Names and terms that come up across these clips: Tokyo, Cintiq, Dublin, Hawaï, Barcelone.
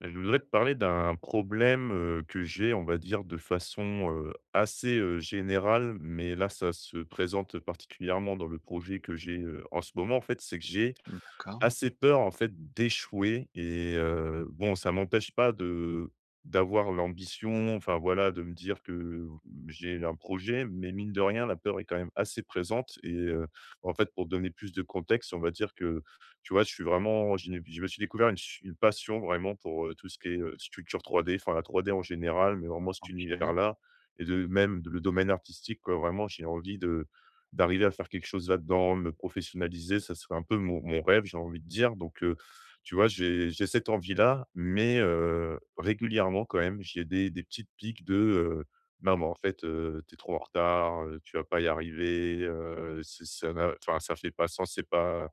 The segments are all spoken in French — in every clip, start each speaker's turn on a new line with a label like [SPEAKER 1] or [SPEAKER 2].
[SPEAKER 1] Je voudrais te parler d'un problème, que j'ai, on va dire, de façon, assez, générale, mais là, ça se présente particulièrement dans le projet que j'ai, en ce moment. En fait, c'est que j'ai
[SPEAKER 2] D'accord,
[SPEAKER 1] assez peur en fait d'échouer et bon ça m'empêche pas de d'avoir l'ambition, enfin voilà, de me dire que j'ai un projet, mais mine de rien, la peur est quand même assez présente et en fait, pour donner plus de contexte, on va dire que, tu vois, je suis vraiment je n'ai je me suis découvert une passion vraiment pour, tout ce qui est, sculpture 3D, enfin la 3D en général, mais vraiment cet
[SPEAKER 2] OK,
[SPEAKER 1] univers-là et de même le domaine artistique quoi. Vraiment, j'ai envie de d'arriver à faire quelque chose là-dedans, me professionnaliser, ça serait un peu mon rêve, j'ai envie de dire donc tu vois, j'ai cette envie-là, mais régulièrement quand même, j'ai des petites piques de, «Non en fait, tu trop en retard, tu vas pas y arriver, c'est ça n'a enfin ça fait pas sens, c'est pas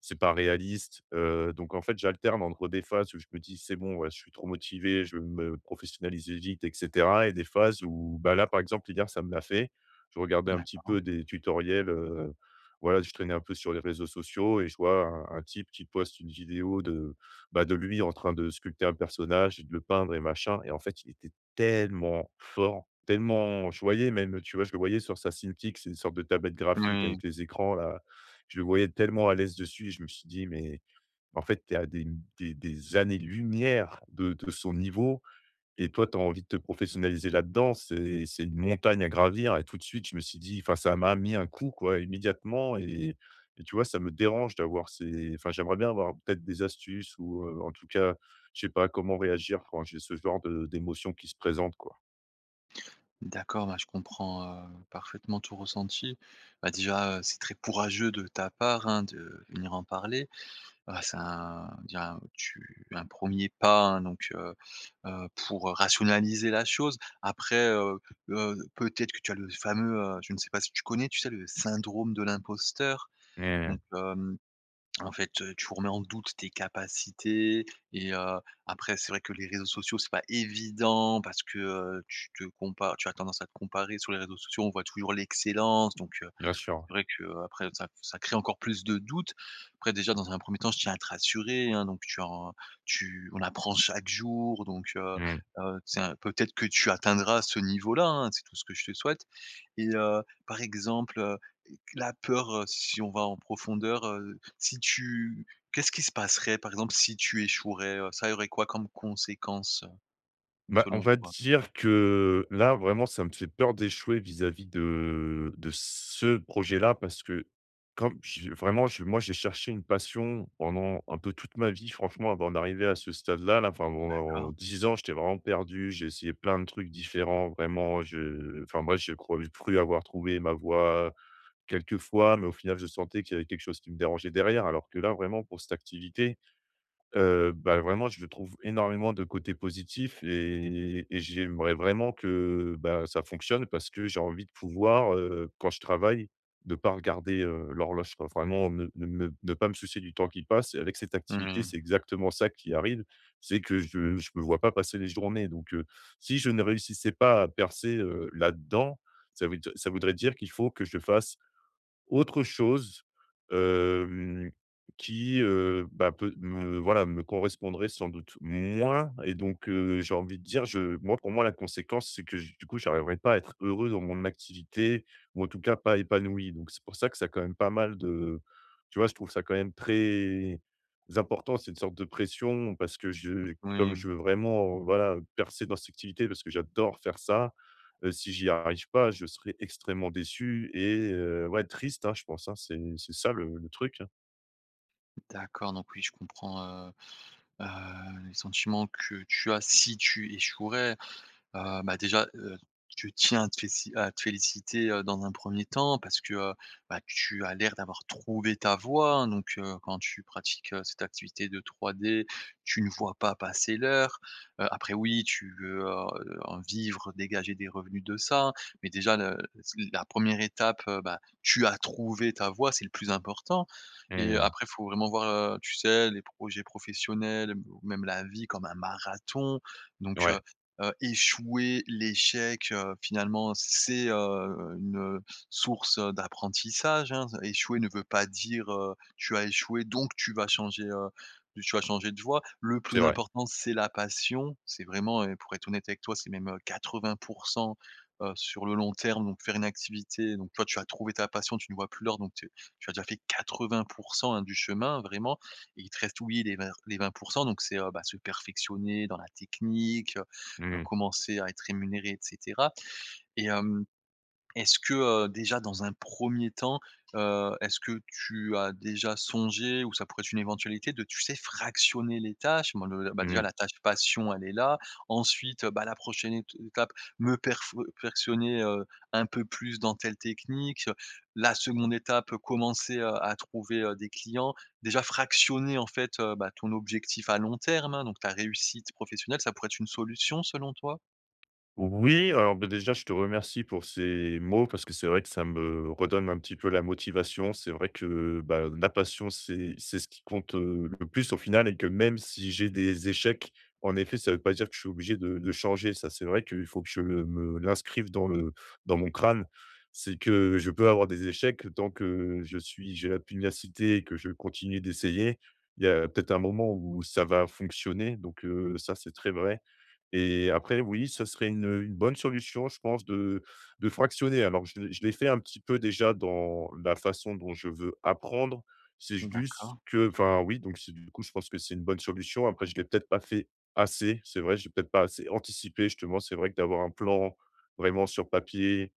[SPEAKER 1] c'est pas réaliste», donc en fait, j'alterne entre des phases où je me dis: «C'est bon, ouais, je suis trop motivé, je veux me professionnaliser vite et cetera» et des phases où bah, là, par exemple, hier, ça me l'a fait je regardais un petit
[SPEAKER 2] d'accord.
[SPEAKER 1] peu des tutoriels, voilà, je traînais un peu sur les réseaux sociaux et je vois un type qui poste une vidéo de, bah, de lui en train de sculpter un personnage et de le peindre et machin et en fait, il était tellement fort, tellement je voyais même, tu vois? Je le voyais sur sa Cintiq, c'est une sorte de tablette graphique
[SPEAKER 2] Oui,
[SPEAKER 1] avec les écrans là. Je le voyais tellement à l'aise dessus et je me suis dit: «Mais en fait, tu es à des années-lumière de son niveau.» Et toi, tu as envie de te professionnaliser là-dedans, c'est une montagne à gravir et tout de suite, je me suis dit enfin, ça m'a mis un coup, quoi, immédiatement et tu vois, ça me dérange d'avoir ces enfin, j'aimerais bien avoir peut-être des astuces ou en tout cas, je sais pas comment réagir quand j'ai ce genre de d'émotions qui se présentent, quoi.
[SPEAKER 2] d'accord, bah, je comprends, parfaitement tout ressenti. Bah, déjà, c'est très courageux de ta part, hein, de venir en parler. Bah, c'est un on dirait un tu un 1 pas, hein, donc, pour rationaliser la chose. Après, peut-être que tu as le fameux, je ne sais pas si tu connais, tu sais, le syndrome de l'imposteur?
[SPEAKER 1] Mmh.
[SPEAKER 2] Donc, hem en fait, tu remets en doute tes capacités et, après c'est vrai que les réseaux sociaux, c'est pas évident parce que, tu as tendance à te comparer sur les réseaux sociaux. On voit toujours l'excellence, donc,
[SPEAKER 1] Bien sûr, ouais.
[SPEAKER 2] c'est vrai qu'après, ça crée encore plus de doutes. Après, déjà dans un premier temps, je tiens à te rassurer, hein, donc tu en tu on apprend chaque jour, donc,
[SPEAKER 1] Mmh.
[SPEAKER 2] c'est un peut-être que tu atteindras ce niveau-là, hein, c'est tout ce que je te souhaite. Et, par exemple, la peur, si on va en profondeur, si tu qu'est-ce qui se passerait par exemple si tu échouerais, ça aurait quoi comme conséquence,
[SPEAKER 1] Bah, on
[SPEAKER 2] selon
[SPEAKER 1] va
[SPEAKER 2] toi?
[SPEAKER 1] dire que là, vraiment, ça me fait peur d'échouer vis-à-vis de ce projet-là parce que comme j'ai vraiment, je moi, j'ai cherché une passion pendant un peu toute ma vie, franchement, avant d'arriver à ce stade-là, là, enfin,
[SPEAKER 2] D'accord.
[SPEAKER 1] pendant 10 ans, j'étais vraiment perdu. J'ai essayé plein de trucs différents, vraiment, je enfin, moi, je crois j'ai cru cru avoir trouvé ma voie quelques fois, mais au final, je sentais qu'il y avait quelque chose qui me dérangeait derrière. Alors que là, vraiment, pour cette activité, bah, vraiment, je trouve énormément de côtés positifs et j'aimerais vraiment que, bah, ça fonctionne parce que j'ai envie de pouvoir, quand je travaille, de pas regarder, l'horloge, quoi. Vraiment ne ne me ne pas me soucier du temps qui passe et avec cette activité,
[SPEAKER 2] Mmh,
[SPEAKER 1] c'est exactement ça qui arrive, c'est que je me vois pas passer les journées donc si je ne réussissais pas à percer, là-dedans, ça voudrait dire qu'il faut que je fasse autre chose, hem, qui, bah, peut me voilà, me correspondrait sans doute moins et donc j'ai envie de dire, je moi, pour moi, la conséquence, c'est que j du coup, j'arriverai pas à être heureux dans mon activité ou en tout cas pas épanoui donc c'est pour ça que ça a quand même pas mal de tu vois, je trouve ça quand même très important, c'est une sorte de pression parce que je comme
[SPEAKER 2] oui,
[SPEAKER 1] je veux vraiment, voilà, percer dans cette activité parce que j'adore faire ça. Si j'y arrive pas, je serai extrêmement déçu et ouais, triste, hein, je pense, hein. C'est ça le truc, hein.
[SPEAKER 2] d'accord, donc oui, je comprends, Heu, les sentiments que tu as si tu échouerais. Bah, déjà, je tiens à te féci à te féliciter, dans un premier temps, parce que, bah, tu as l'air d'avoir trouvé ta voie, hein, donc, quand tu pratiques, cette activité de 3D, tu ne vois pas passer l'heure. Après, oui, tu veux, en vivre, dégager des revenus de ça, mais déjà, le la première étape, bah, tu as trouvé ta voie, c'est le plus important. Et
[SPEAKER 1] Mmh.
[SPEAKER 2] après, il faut vraiment voir, tu sais, les projets professionnels, ou même la vie comme un marathon. Donc,
[SPEAKER 1] Ouais,
[SPEAKER 2] Échouer, l'échec, finalement, c'est une source d'apprentissage, hein. Échouer ne veut pas dire, tu as échoué donc tu vas changer, de voie. Le
[SPEAKER 1] c'est
[SPEAKER 2] plus
[SPEAKER 1] vrai.
[SPEAKER 2] important, c'est la passion. C'est vraiment Et pour être honnête avec toi, c'est même, 80, sur le long terme. Donc faire une activité, donc toi, tu as trouvé ta passion, tu ne vois plus l'heure, donc tu as déjà fait 80, hein, du chemin, vraiment. Et il te reste, oui, les 20. Donc c'est, bah, se perfectionner dans la technique,
[SPEAKER 1] Mmh mh.
[SPEAKER 2] commencer à être rémunéré, et cetera. et hem, Est-ce que, déjà dans un premier temps, est-ce que tu as déjà songé, ou ça pourrait être une éventualité de, tu sais, fractionner les tâches? Bon, déjà
[SPEAKER 1] Mmh.
[SPEAKER 2] la tâche passion, elle est là. Ensuite, bah, la prochaine ét étape, me perf perfectionner, un peu plus dans telle technique. La seconde étape, commencer, à trouver, des clients. Déjà fractionner en fait, bah, ton objectif à long terme, hein, donc ta réussite professionnelle, ça pourrait être une solution selon toi?
[SPEAKER 1] Oui, alors, bah, déjà, je te remercie pour ces mots parce que c'est vrai que ça me redonne un petit peu la motivation. C'est vrai que, bah, la passion, c'est ce qui compte, le plus au final et que même si j'ai des échecs, en effet, ça ne veut pas dire que je suis obligé de changer. Ça, c'est vrai qu'il faut que je me l'inscrive dans le dans mon crâne. C'est que je peux avoir des échecs tant que je suis j'ai la pugnacité et que je continue d'essayer. Il y a peut-être un moment où ça va fonctionner donc ça, c'est très vrai et après, oui, ce serait une bonne solution, je pense, de fractionner. Alors je l'ai fait un petit peu déjà dans la façon dont je veux apprendre. C'est juste
[SPEAKER 2] D'accord.
[SPEAKER 1] que enfin oui, donc c'est du coup, je pense que c'est une bonne solution. Après, je l'ai peut-être pas fait assez, c'est vrai, j'ai peut-être pas assez anticipé justement. C'est vrai que d'avoir un plan vraiment sur papier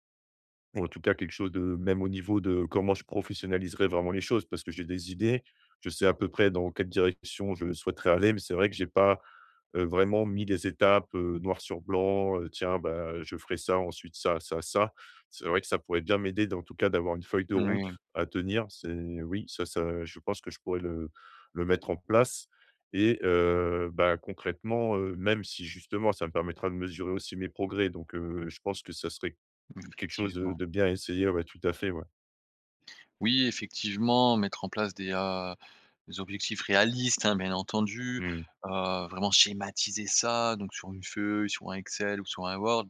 [SPEAKER 1] ou en tout cas quelque chose de même au niveau de comment je professionnaliserais vraiment les choses parce que j'ai des idées. Je sais à peu près dans quelle direction je souhaiterais aller, mais c'est vrai que j'ai pas vraiment mis les étapes, noir sur blanc, tiens, bah, je ferai ça, ensuite ça, ça, ça. C'est vrai que ça pourrait bien m'aider dans tout cas d'avoir une feuille de route
[SPEAKER 2] Oui,
[SPEAKER 1] à tenir. C'est oui, ça ça je pense que je pourrais le mettre en place et bah, concrètement, même si justement ça me permettra de mesurer aussi mes progrès donc je pense que ça serait quelque chose,
[SPEAKER 2] effectivement.
[SPEAKER 1] de bien à essayer, ouais, tout à fait, ouais.
[SPEAKER 2] Oui, effectivement, mettre en place des objectifs réalistes, hein, bien entendu,
[SPEAKER 1] Mmh.
[SPEAKER 2] vraiment schématiser ça, donc sur une feuille, sur un Excel ou sur un Word.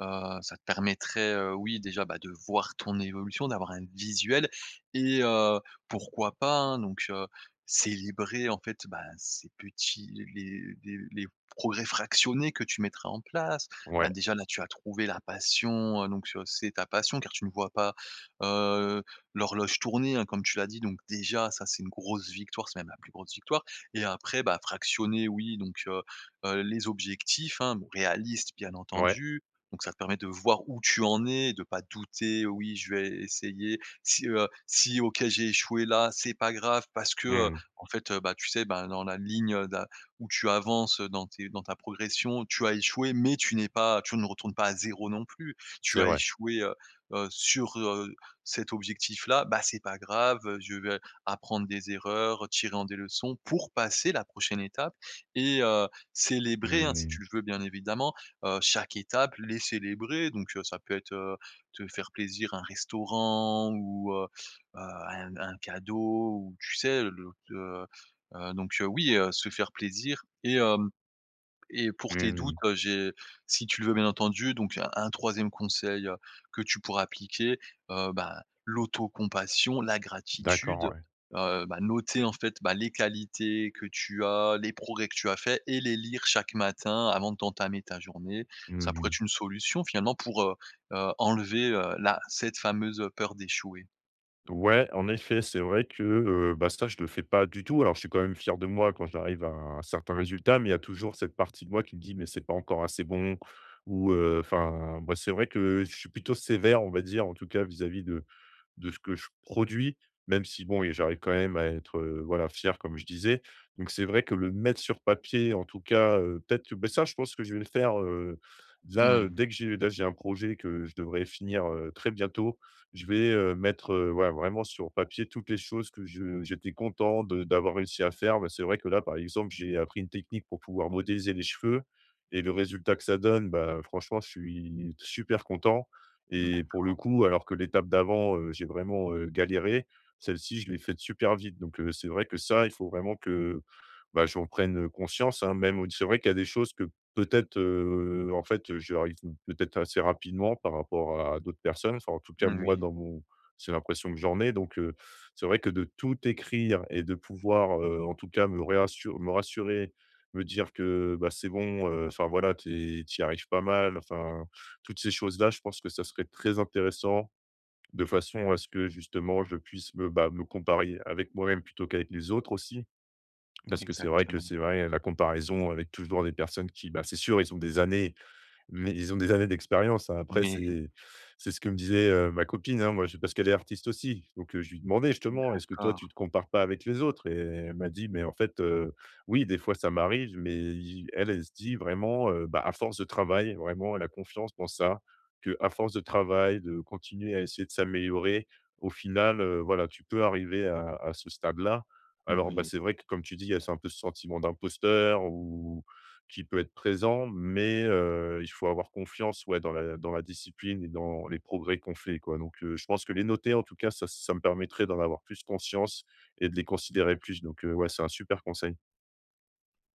[SPEAKER 2] Ça te permettrait, oui, déjà, bah, de voir ton évolution, d'avoir un visuel. Et, pourquoi pas, hein, donc, célébrer, en fait, bah, ces petits les progrès fractionnés que tu mettras en place.
[SPEAKER 1] Ouais,
[SPEAKER 2] Bah, déjà, là, tu as trouvé la passion, donc, c'est ta passion car tu ne vois pas heu l'horloge tournée, hein, comme tu l'as dit. Donc déjà, ça, c'est une grosse victoire, c'est même la plus grosse victoire. Et après, bah, fractionner, oui, donc, les objectifs, hein, bon, réalistes, bien
[SPEAKER 1] ouais.
[SPEAKER 2] entendu. Donc ça te permet de voir où tu en es, de pas douter: «Oui, je vais essayer, si, OK j'ai échoué là, c'est pas grave», parce que,
[SPEAKER 1] Mmh.
[SPEAKER 2] en fait, bah, tu sais, bah, dans la ligne, d'a où tu avances, dans tes dans ta progression, tu as échoué, mais tu ne retournes pas à zéro non plus. Tu
[SPEAKER 1] C'est
[SPEAKER 2] as
[SPEAKER 1] vrai.
[SPEAKER 2] échoué, sur, cet objectif-là, bah, c'est pas grave, je vais apprendre des erreurs, tirer en des leçons pour passer la prochaine étape. Et, célébrer, hein,
[SPEAKER 1] Mmh
[SPEAKER 2] si tu
[SPEAKER 1] mh.
[SPEAKER 2] le veux bien évidemment, chaque étape, les célébrer, donc, ça peut être, te faire plaisir, un restaurant ou, un cadeau, ou tu sais, le, oui, se faire plaisir. Et pour tes doutes,
[SPEAKER 1] Mmh.
[SPEAKER 2] j'ai si tu le veux bien entendu, donc un 3 conseil, que tu pourras appliquer, bah, l'autocompassion, la gratitude,
[SPEAKER 1] D'accord, ouais.
[SPEAKER 2] bah, noter en fait, bah, les qualités que tu as, les progrès que tu as faits, et les lire chaque matin avant de t'entamer ta journée. Ça pourrait
[SPEAKER 1] Mmh.
[SPEAKER 2] être une solution finalement pour, enlever, la cette fameuse peur d'échouer.
[SPEAKER 1] Ouais, en effet, c'est vrai que, bah, ça, je ne le fais pas du tout. Alors, je suis quand même fier de moi quand j'arrive à un certain résultat, mais il y a toujours cette partie de moi qui me dit: «Mais c'est pas encore assez bon» ou enfin, bah, c'est vrai que je suis plutôt sévère, on va dire, en tout cas, vis-à-vis de ce que je produis, même si bon et j'arrive quand même à être, voilà, fier comme je disais. Donc c'est vrai que le mettre sur papier en tout cas, peut-être beh, ça je pense que je vais le faire, là,
[SPEAKER 2] Oui,
[SPEAKER 1] dès que j'ai là j'ai un projet que je devrais finir, très bientôt. Je vais, mettre, voilà, vraiment sur papier toutes les choses que je j'étais content de d'avoir réussi à faire. Bah, c'est vrai que là, par exemple, j'ai appris une technique pour pouvoir modéliser les cheveux et le résultat que ça donne, bah, franchement, je suis super content et pour
[SPEAKER 2] d'accord.
[SPEAKER 1] le coup, alors que l'étape d'avant, j'ai vraiment, galéré, celle-ci, je l'ai faite super vite. Donc, c'est vrai que ça, il faut vraiment que bah, j'en prenne conscience, hein, même c'est vrai qu'il y a des choses que peut-être, en fait, j'arrive peut-être assez rapidement par rapport à d'autres personnes. Enfin, en tout cas, moi,
[SPEAKER 2] Oui,
[SPEAKER 1] dans mon c'est l'impression que j'en ai donc c'est vrai que de tout écrire et de pouvoir, en tout cas me rassurer, me dire que, bah, c'est bon, enfin voilà, tu y arrives pas mal, enfin, toutes ces choses-là, je pense que ça serait très intéressant de façon à ce que justement je puisse me, bah, me comparer avec moi-même plutôt qu'avec les autres aussi. Parce que
[SPEAKER 2] exactement.
[SPEAKER 1] c'est vrai, la comparaison avec toujours des personnes qui, bah, c'est sûr, ils ont des années mais ils ont des années d'expérience, hein. Après,
[SPEAKER 2] Oui,
[SPEAKER 1] c'est ce que me disait, ma copine, hein, moi je parce qu'elle est artiste aussi. Donc, je lui demandais justement: «Est-ce que toi
[SPEAKER 2] d'accord.
[SPEAKER 1] tu te compares pas avec les autres?» et elle m'a dit: «Mais en fait, oui, des fois ça m'arrive, mais i» elle, elle se dit vraiment, bah, à force de travail, vraiment, elle a confiance dans ça, que à force de travail, de continuer à essayer de s'améliorer, au final, voilà, tu peux arriver à ce stade-là. Alors, bah,
[SPEAKER 2] Oui.
[SPEAKER 1] c'est vrai que comme tu dis, il y a ce un peu ce sentiment d'imposteur ou qui peut être présent, mais il faut avoir confiance, ouais, dans la discipline et dans les progrès qu'on fait, quoi. Donc je pense que les noter, en tout cas, ça me permettrait d'en avoir plus conscience et de les considérer plus. Donc ouais, c'est un super conseil.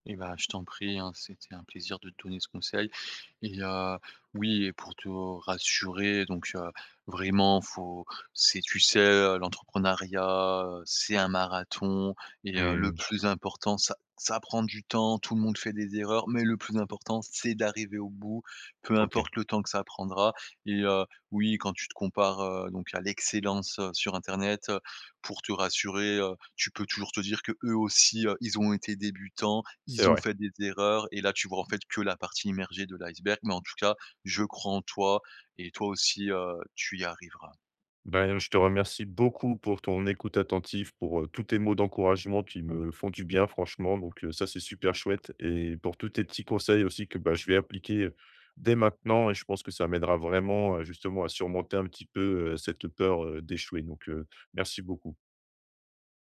[SPEAKER 2] Eh ben, je t'en prie, hein, c'était un plaisir de te donner ce conseil. Et, oui, et pour te rassurer, donc, vraiment faut c'est tu sais, l'entrepreneuriat, c'est un marathon. Et, le
[SPEAKER 1] Mmh.
[SPEAKER 2] plus important, ça prend du temps, tout le monde fait des erreurs, mais le plus important, c'est d'arriver au bout, peu
[SPEAKER 1] OK.
[SPEAKER 2] importe le temps que ça prendra. Et, oui, quand tu te compares, donc à l'excellence, sur internet, pour te rassurer, tu peux toujours te dire que eux aussi, ils ont été débutants,
[SPEAKER 1] C'est
[SPEAKER 2] ils ont
[SPEAKER 1] vrai.
[SPEAKER 2] fait des erreurs, et là, tu vois en fait que la partie immergée de l'iceberg. Mais en tout cas, je crois en toi, et toi aussi, tu y arriveras.
[SPEAKER 1] Ben, je te remercie beaucoup pour ton écoute attentive, pour tous tes mots d'encouragement qui me font du bien, franchement. Donc, ça, c'est super chouette. Et pour tous tes petits conseils aussi que bah, je vais appliquer dès maintenant. Et je pense que ça m'aidera vraiment, justement, à surmonter un petit peu cette peur d'échouer. Donc, merci beaucoup.